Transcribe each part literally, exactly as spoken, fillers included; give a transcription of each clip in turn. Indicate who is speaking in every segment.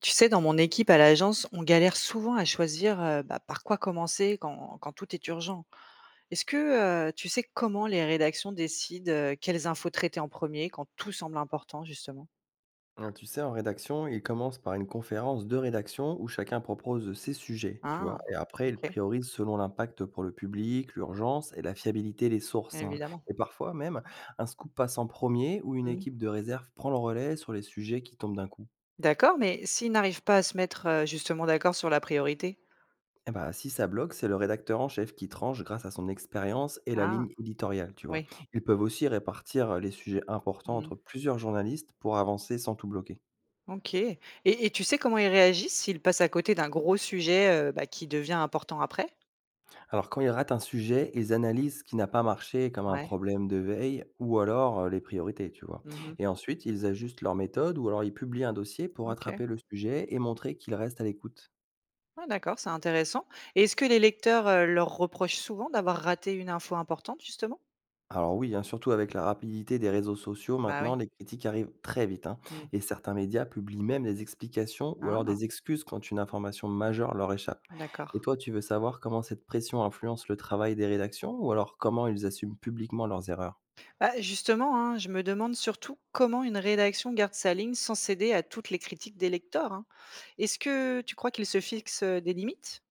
Speaker 1: Tu sais, dans mon équipe à l'agence, on galère souvent à choisir euh, bah, par quoi commencer quand, quand tout est urgent. Est-ce que euh, tu sais comment les rédactions décident euh, quelles infos traiter en premier quand tout semble important, justement.
Speaker 2: Heu, tu sais, en rédaction, ils commencent par une conférence de rédaction où chacun propose ses sujets, tu vois?
Speaker 1: Ah,
Speaker 2: Et après, ils
Speaker 1: ok,
Speaker 2: priorisent selon l'impact pour le public, l'urgence et la fiabilité des sources, hein.
Speaker 1: évidemment.
Speaker 2: Et parfois même, un scoop passe en premier ou une
Speaker 1: Mhm.
Speaker 2: équipe de réserve prend le relais sur les sujets qui tombent d'un coup.
Speaker 1: D'accord, mais s'ils n'arrivent pas à se mettre euh, justement d'accord sur la priorité.
Speaker 2: Et ben, si ça bloque, c'est le rédacteur en chef qui tranche grâce à son expérience et la
Speaker 1: Ah,
Speaker 2: ligne éditoriale, tu vois?
Speaker 1: oui.
Speaker 2: Ils peuvent aussi répartir, les sujets importants entre
Speaker 1: Mhm.
Speaker 2: plusieurs journalistes pour avancer sans tout bloquer.
Speaker 1: Ok. Et, et tu sais comment ils réagissent s'ils passent à côté d'un gros sujet euh, bah, qui devient important après.
Speaker 2: Alors quand ils ratent un sujet, ils analysent ce qui n'a pas marché comme un
Speaker 1: Ouais.
Speaker 2: problème de veille ou alors euh, les priorités, tu vois.
Speaker 1: Mhm.
Speaker 2: Et ensuite, ils ajustent leur méthode ou alors ils publient un dossier pour
Speaker 1: Ok.
Speaker 2: rattraper le sujet et montrer qu'ils restent à l'écoute.
Speaker 1: Ah, d'accord, c'est intéressant, et est-ce que les lecteurs, heu, leur reprochent souvent d'avoir raté une info importante justement?
Speaker 2: Alors oui, hein, surtout avec la rapidité des réseaux sociaux
Speaker 1: Bah
Speaker 2: maintenant,
Speaker 1: oui.
Speaker 2: les critiques arrivent très vite, hein.
Speaker 1: Mmh.
Speaker 2: Et certains médias publient même des explications ou alors
Speaker 1: Ah,
Speaker 2: des excuses quand une information majeure leur échappe. Et
Speaker 1: d'accord.
Speaker 2: toi, tu veux savoir comment cette pression influence le travail des rédactions ou alors comment ils assument publiquement leurs erreurs?
Speaker 1: Bah justement, hein, je me demande surtout comment une rédaction garde sa ligne sans céder à toutes les critiques des lecteurs, hein. Est-ce que tu crois qu'ils se fixent, heu, des limites?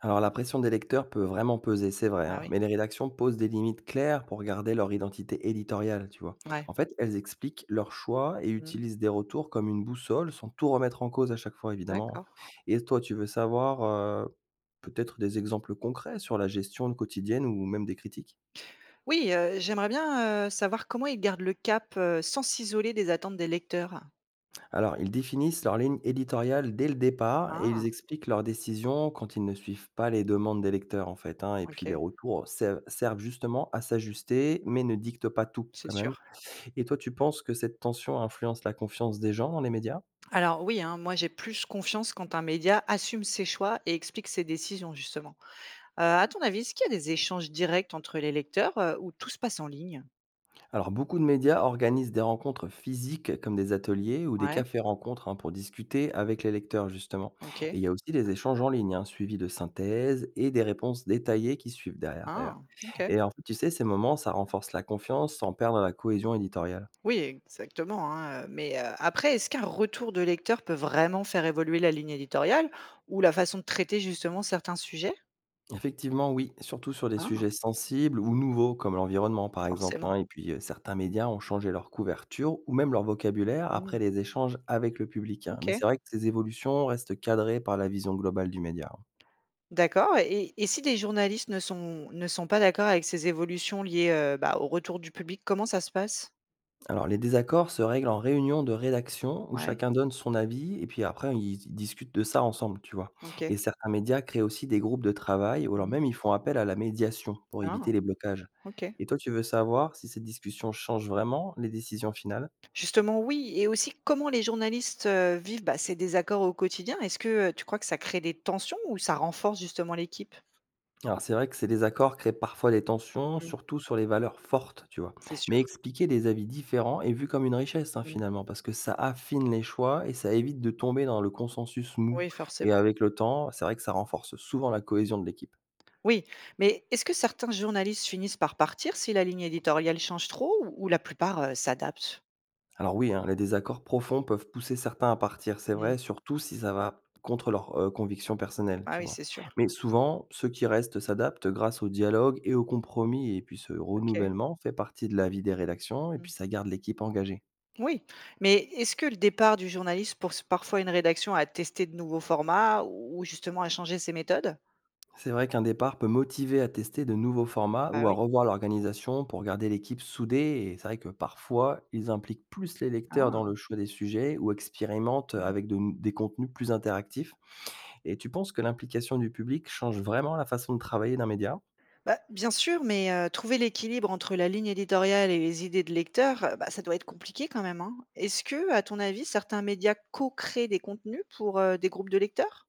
Speaker 2: Alors la pression des lecteurs peut vraiment peser, c'est vrai,
Speaker 1: Ah
Speaker 2: hein,
Speaker 1: oui,
Speaker 2: mais les rédactions posent des limites claires pour garder leur identité éditoriale, tu vois.
Speaker 1: ouais.
Speaker 2: En fait, elles expliquent leurs choix et
Speaker 1: Mmh.
Speaker 2: utilisent des retours comme une boussole sans tout remettre en cause à chaque fois, évidemment,
Speaker 1: D'accord.
Speaker 2: hein. Et toi, tu veux savoir euh, peut-être des exemples concrets sur la gestion quotidienne ou même des critiques?
Speaker 1: Oui, heu, j'aimerais bien, heu, savoir comment ils gardent le cap, heu, sans s'isoler des attentes des lecteurs.
Speaker 2: Alors, ils définissent leur ligne éditoriale dès le départ et ils
Speaker 1: Ah,
Speaker 2: expliquent leurs décisions quand ils ne suivent pas les demandes des lecteurs, en fait, hein. Et puis, les
Speaker 1: OK,
Speaker 2: retours servent servent justement à s'ajuster, mais ne dictent pas tout,
Speaker 1: c'est
Speaker 2: quand même.
Speaker 1: sûr.
Speaker 2: Et toi, tu penses que cette tension influence la confiance des gens dans les médias?
Speaker 1: Alors oui, hein, moi j'ai plus confiance quand un média assume ses choix et explique ses décisions justement. Euh, à ton avis, est-ce qu'il y a des échanges directs entre les lecteurs euh, ou tout se passe en ligne?
Speaker 2: Alors, beaucoup de médias organisent des rencontres physiques comme des ateliers ou des
Speaker 1: Ouais,
Speaker 2: cafés-rencontres, hein, pour discuter avec les lecteurs, justement.
Speaker 1: ok.
Speaker 2: Et il y a aussi des échanges en ligne, hein, suivis de synthèses et des réponses détaillées qui suivent derrière, d'ailleurs.
Speaker 1: Ah, ok.
Speaker 2: Et en fait, tu sais, ces moments, ça renforce la confiance sans perdre la cohésion éditoriale.
Speaker 1: Oui, exactement, hein. Euh, Mais euh, après, est-ce qu'un retour de lecteur peut vraiment faire évoluer la ligne éditoriale ou la façon de traiter justement certains sujets?
Speaker 2: Effectivement, oui, surtout sur des
Speaker 1: Ah,
Speaker 2: sujets sensibles ou nouveaux, comme l'environnement, par exemple,
Speaker 1: forcément.
Speaker 2: hein. Et puis, euh, certains médias ont changé leur couverture ou même leur vocabulaire après
Speaker 1: Mm,
Speaker 2: les échanges avec le public, hein. Mais c'est
Speaker 1: ok.
Speaker 2: vrai que ces évolutions restent cadrées par la vision globale du média, hein.
Speaker 1: D'accord. Et, et si des journalistes ne sont, ne sont pas d'accord avec ces évolutions liées euh, bah, au retour du public, comment ça se passe?
Speaker 2: Alors, les désaccords se règlent en réunion de rédaction où
Speaker 1: Ouais.
Speaker 2: chacun donne son avis et puis après, ils ils discutent de ça ensemble, tu vois?
Speaker 1: OK.
Speaker 2: Et certains médias créent aussi des groupes de travail ou alors
Speaker 1: Mmh.
Speaker 2: même ils font appel à la médiation pour
Speaker 1: Ah,
Speaker 2: éviter les blocages.
Speaker 1: OK.
Speaker 2: Et toi, tu veux savoir si cette discussion change vraiment les décisions finales?
Speaker 1: Justement, oui, et aussi comment les journalistes, heu, vivent, bah, ces désaccords au quotidien? Est-ce que, heu, tu crois que ça crée des tensions ou ça renforce justement l'équipe?
Speaker 2: Alors c'est vrai que ces désaccords créent parfois des tensions,
Speaker 1: Mmh,
Speaker 2: surtout sur les valeurs fortes, tu vois.
Speaker 1: c'est sûr.
Speaker 2: Mais expliquer des avis différents est vu comme une richesse, hein,
Speaker 1: Mmh.
Speaker 2: finalement, parce que ça affine les choix et ça évite de tomber dans le consensus mou.
Speaker 1: Oui,
Speaker 2: Et
Speaker 1: forcément.
Speaker 2: avec le temps, c'est vrai que ça renforce souvent
Speaker 1: Mmh.
Speaker 2: la cohésion de l'équipe.
Speaker 1: Oui, mais est-ce que certains journalistes finissent par partir si la ligne éditoriale change trop ou ou la plupart, heu, s'adaptent?
Speaker 2: Alors oui, hein, les désaccords profonds peuvent pousser certains à partir, c'est
Speaker 1: Mmh.
Speaker 2: vrai, surtout si ça va contre leurs euh, convictions personnelles,
Speaker 1: Ah
Speaker 2: tu
Speaker 1: oui,
Speaker 2: vois.
Speaker 1: c'est sûr.
Speaker 2: Mais souvent, ceux qui restent s'adaptent grâce au dialogue et au compromis, et puis ce
Speaker 1: OK.
Speaker 2: renouvellement fait partie de la vie des rédactions, et
Speaker 1: Mmh.
Speaker 2: puis ça garde l'équipe engagée.
Speaker 1: Oui, mais est-ce que le départ du journaliste pousse parfois une rédaction à tester de nouveaux formats ou justement à changer ses méthodes?
Speaker 2: C'est vrai qu'un départ peut motiver à tester de nouveaux formats
Speaker 1: Bah
Speaker 2: ou à
Speaker 1: oui.
Speaker 2: revoir l'organisation pour garder l'équipe soudée. Et c'est vrai que parfois, ils impliquent plus les lecteurs dans le
Speaker 1: Ah!
Speaker 2: choix des sujets ou expérimentent
Speaker 1: Mmh.
Speaker 2: avec de- des contenus plus interactifs. Et tu penses que l'implication du public change vraiment la façon de travailler d'un média?
Speaker 1: Bah, bien sûr, mais heu, trouver l'équilibre entre la ligne éditoriale et les idées de lecteurs, heu, bah, ça doit être compliqué quand même, hein? Est-ce que, à ton avis, certains médias co-créent des contenus pour, heu, des groupes de lecteurs?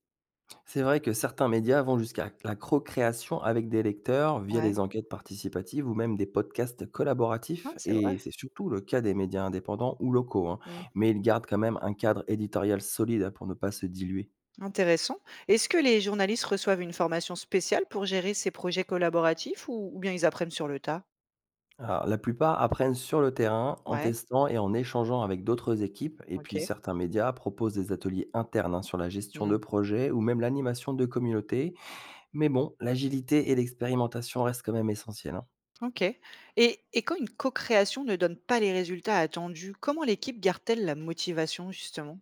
Speaker 2: C'est vrai que certains médias vont jusqu'à la co-création avec des lecteurs via les
Speaker 1: Ouais,
Speaker 2: enquêtes participatives ou même des podcasts
Speaker 1: ah,
Speaker 2: collaboratifs,
Speaker 1: c'est vrai.
Speaker 2: et c'est surtout le cas des médias indépendants ou locaux, hein.
Speaker 1: Mmh.
Speaker 2: Mais ils gardent quand même un cadre éditorial solide, hein, pour ne pas se diluer.
Speaker 1: Intéressant. Est-ce que les journalistes reçoivent une formation spéciale pour gérer ces projets collaboratifs ou ou bien ils apprennent sur le tas?
Speaker 2: Alors, la plupart apprennent sur le terrain en
Speaker 1: Ouais,
Speaker 2: testant et en échangeant avec d'autres équipes, et puis
Speaker 1: OK.
Speaker 2: certains médias proposent des ateliers internes, hein, sur la gestion de
Speaker 1: Mmh.
Speaker 2: projets ou même l'animation de communautés, mais bon, l'agilité et l'expérimentation restent quand même essentielles, hein.
Speaker 1: OK. Et et quand une co-création ne donne pas les résultats attendus, comment l'équipe garde-t-elle la motivation justement?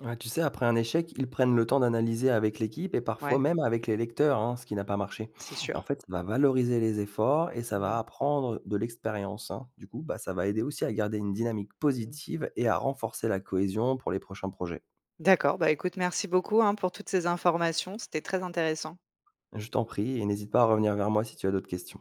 Speaker 2: Ouais, tu sais, après un échec, ils prennent le temps d'analyser avec l'équipe et parfois
Speaker 1: Ouais,
Speaker 2: même avec les lecteurs, hein, ce qui n'a pas marché.
Speaker 1: c'est
Speaker 2: Et en
Speaker 1: sûr.
Speaker 2: fait, ça va valoriser les efforts et ça va
Speaker 1: Mmh.
Speaker 2: apprendre de l'expérience, hein. Du coup, bah, ça va aider aussi à garder une dynamique
Speaker 1: Mmh.
Speaker 2: positive et à renforcer la cohésion pour les prochains projets.
Speaker 1: D'accord, bah écoute, merci beaucoup, hein, pour toutes ces informations, c'était très intéressant.
Speaker 2: Je t'en prie et n'hésite pas à revenir vers moi si tu as d'autres questions.